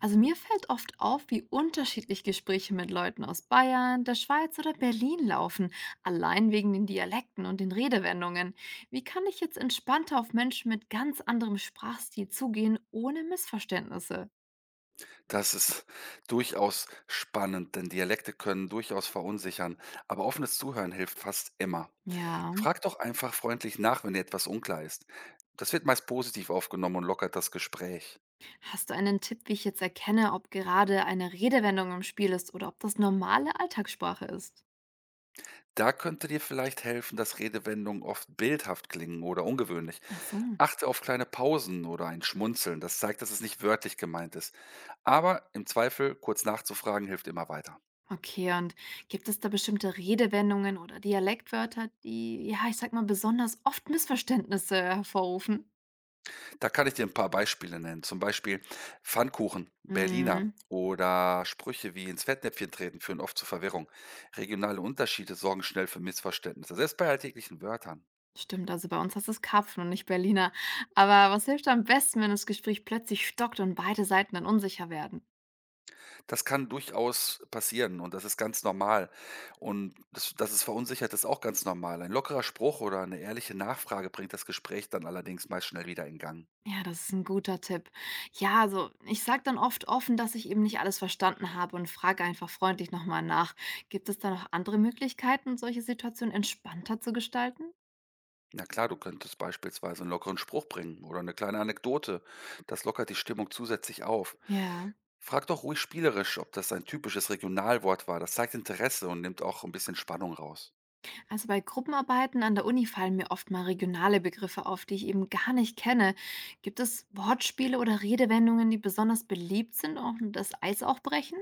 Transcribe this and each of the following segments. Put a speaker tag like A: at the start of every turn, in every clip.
A: Also mir fällt oft auf, wie unterschiedlich Gespräche mit Leuten aus Bayern, der Schweiz oder Berlin laufen, allein wegen den Dialekten und den Redewendungen. Wie kann ich jetzt entspannter auf Menschen mit ganz anderem Sprachstil zugehen, ohne Missverständnisse?
B: Das ist durchaus spannend, denn Dialekte können durchaus verunsichern, aber offenes Zuhören hilft fast immer.
A: Ja,
B: Frag doch einfach freundlich nach, wenn dir etwas unklar ist. Das wird meist positiv aufgenommen und lockert das Gespräch.
A: hast du einen Tipp, wie ich jetzt erkenne, ob gerade eine Redewendung im Spiel ist oder ob das normale Alltagssprache ist?
B: Da könnte dir vielleicht helfen, dass Redewendungen oft bildhaft klingen oder ungewöhnlich.
A: Ach so.
B: Achte auf kleine Pausen oder ein Schmunzeln. Das zeigt, dass es nicht wörtlich gemeint ist. Aber im Zweifel kurz nachzufragen hilft immer weiter.
A: Okay, und gibt es da bestimmte Redewendungen oder Dialektwörter, die, ja, ich sag mal, besonders oft Missverständnisse hervorrufen?
B: Da kann ich dir ein paar Beispiele nennen. Zum Beispiel Pfannkuchen, Berliner
A: Mhm.
B: oder Sprüche wie „ins Fettnäpfchen treten" führen oft zu Verwirrung. Regionale Unterschiede sorgen schnell für Missverständnisse, selbst bei alltäglichen Wörtern.
A: Stimmt, also bei uns heißt es Karpfen und nicht Berliner. Aber was hilft am besten, wenn das Gespräch plötzlich stockt und beide Seiten dann unsicher werden?
B: Das kann durchaus passieren und das ist ganz normal. Und dass es verunsichert, ist auch ganz normal. Ein lockerer Spruch oder eine ehrliche Nachfrage bringt das Gespräch dann allerdings meist schnell wieder in Gang.
A: Ja, das ist ein guter Tipp. Ja, also ich sage dann oft offen, dass ich eben nicht alles verstanden habe und frage einfach freundlich nochmal nach. Gibt es da noch andere Möglichkeiten, solche Situationen entspannter zu gestalten?
B: Na klar, du könntest beispielsweise einen lockeren Spruch bringen oder eine kleine Anekdote. Das lockert die Stimmung zusätzlich auf.
A: Ja.
B: Frag doch ruhig spielerisch, ob das ein typisches Regionalwort war. Das zeigt Interesse und nimmt auch ein bisschen Spannung raus.
A: Also bei Gruppenarbeiten an der Uni fallen mir oft mal regionale Begriffe auf, die ich eben gar nicht kenne. Gibt es Wortspiele oder Redewendungen, die besonders beliebt sind und das Eis auch brechen?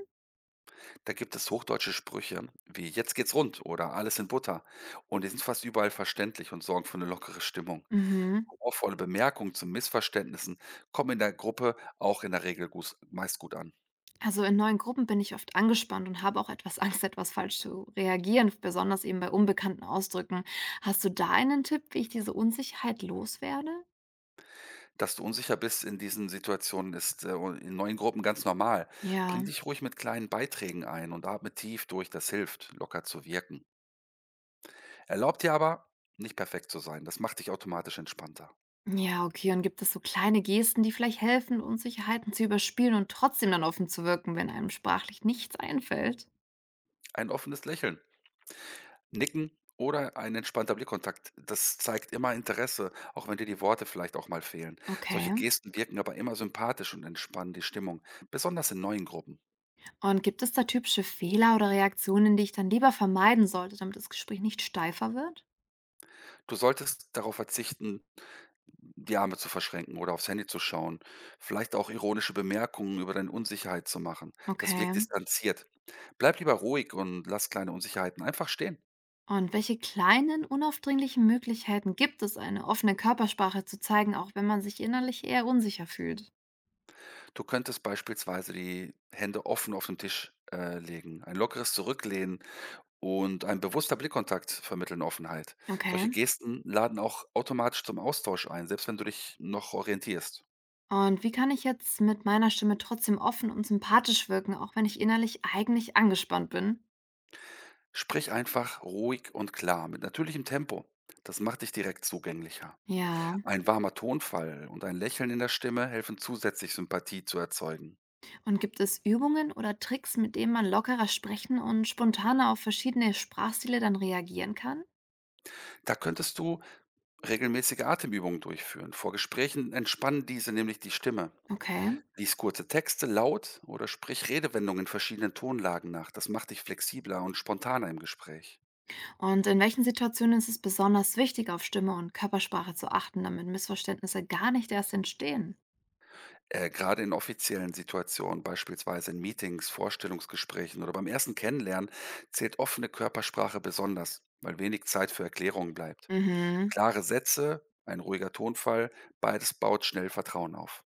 B: Da gibt es hochdeutsche Sprüche wie Jetzt geht's rund oder Alles in Butter. Und die sind fast überall verständlich und sorgen für eine lockere Stimmung.
A: Mhm.
B: Humorvolle Bemerkungen zu Missverständnissen kommen in der Gruppe auch in der Regel gut, meist gut an.
A: Also in neuen Gruppen bin ich oft angespannt und habe auch etwas Angst, etwas falsch zu reagieren, besonders eben bei unbekannten Ausdrücken. Hast du da einen Tipp, wie ich diese Unsicherheit loswerde?
B: Dass du unsicher bist in diesen Situationen, ist, in neuen Gruppen ganz normal.
A: Ja.
B: Bring dich ruhig mit kleinen Beiträgen ein und atme tief durch, das hilft, locker zu wirken. Erlaub dir aber, nicht perfekt zu sein, das macht dich automatisch entspannter.
A: Ja, okay. Und gibt es so kleine Gesten, die vielleicht helfen, Unsicherheiten zu überspielen und trotzdem dann offen zu wirken, wenn einem sprachlich nichts einfällt?
B: Ein offenes Lächeln, Nicken oder ein entspannter Blickkontakt, das zeigt immer Interesse, auch wenn dir die Worte vielleicht auch mal fehlen.
A: Okay.
B: Solche Gesten wirken aber immer sympathisch und entspannen die Stimmung, besonders in neuen Gruppen.
A: Und gibt es da typische Fehler oder Reaktionen, die ich dann lieber vermeiden sollte, damit das Gespräch nicht steifer wird?
B: Du solltest darauf verzichten, die Arme zu verschränken oder aufs Handy zu schauen, vielleicht auch ironische Bemerkungen über deine Unsicherheit zu machen. Das wirkt
A: Okay.
B: distanziert. Bleib lieber ruhig und lass kleine Unsicherheiten einfach stehen.
A: Und welche kleinen, unaufdringlichen Möglichkeiten gibt es, eine offene Körpersprache zu zeigen, auch wenn man sich innerlich eher unsicher fühlt?
B: Du könntest beispielsweise die Hände offen auf den Tisch legen, ein lockeres Zurücklehnen und ein bewusster Blickkontakt vermitteln Offenheit.
A: Okay.
B: Solche Gesten laden auch automatisch zum Austausch ein, selbst wenn du dich noch orientierst.
A: Und wie kann ich jetzt mit meiner Stimme trotzdem offen und sympathisch wirken, auch wenn ich innerlich eigentlich angespannt bin?
B: Sprich einfach ruhig und klar, mit natürlichem Tempo. Das macht dich direkt zugänglicher.
A: Ja.
B: Ein warmer Tonfall und ein Lächeln in der Stimme helfen zusätzlich, Sympathie zu erzeugen.
A: Und gibt es Übungen oder Tricks, mit denen man lockerer sprechen und spontaner auf verschiedene Sprachstile dann reagieren kann?
B: Da könntest du regelmäßige Atemübungen durchführen. Vor Gesprächen entspannen diese nämlich die Stimme.
A: Okay.
B: Lies kurze Texte laut oder sprich Redewendungen in verschiedenen Tonlagen nach. Das macht dich flexibler und spontaner im Gespräch.
A: Und in welchen Situationen ist es besonders wichtig, auf Stimme und Körpersprache zu achten, damit Missverständnisse gar nicht erst entstehen?
B: Gerade in offiziellen Situationen, beispielsweise in Meetings, Vorstellungsgesprächen oder beim ersten Kennenlernen, zählt offene Körpersprache besonders, weil wenig Zeit für Erklärungen bleibt.
A: Mhm.
B: Klare Sätze, ein ruhiger Tonfall, beides baut schnell Vertrauen auf.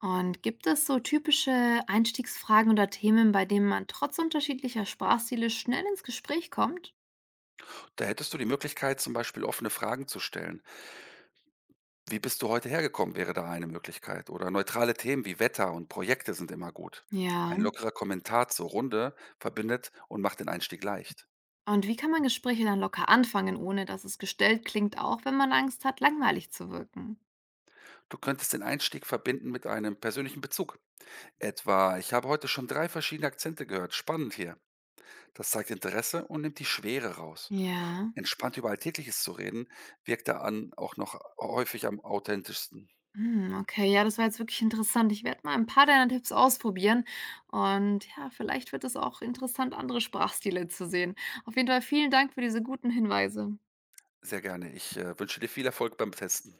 A: Und gibt es so typische Einstiegsfragen oder Themen, bei denen man trotz unterschiedlicher Sprachstile schnell ins Gespräch kommt?
B: Da hättest du die Möglichkeit, zum Beispiel offene Fragen zu stellen. Wie bist du heute hergekommen, wäre da eine Möglichkeit. Oder neutrale Themen wie Wetter und Projekte sind immer gut. Ein
A: Ja.
B: lockerer Kommentar zur Runde verbindet und macht den Einstieg leicht.
A: Und wie kann man Gespräche dann locker anfangen, ohne dass es gestellt klingt, auch wenn man Angst hat, langweilig zu wirken?
B: Du könntest den Einstieg verbinden mit einem persönlichen Bezug. Etwa, ich habe heute schon 3 verschiedene Akzente gehört. Spannend hier. Das zeigt Interesse und nimmt die Schwere raus.
A: Ja.
B: Entspannt über Alltägliches zu reden, wirkt da an auch noch häufig am authentischsten.
A: Hm, okay, ja, das war jetzt wirklich interessant. Ich werde mal ein paar deiner Tipps ausprobieren und ja, vielleicht wird es auch interessant, andere Sprachstile zu sehen. Auf jeden Fall vielen Dank für diese guten Hinweise.
B: Sehr gerne. Ich wünsche dir viel Erfolg beim Testen.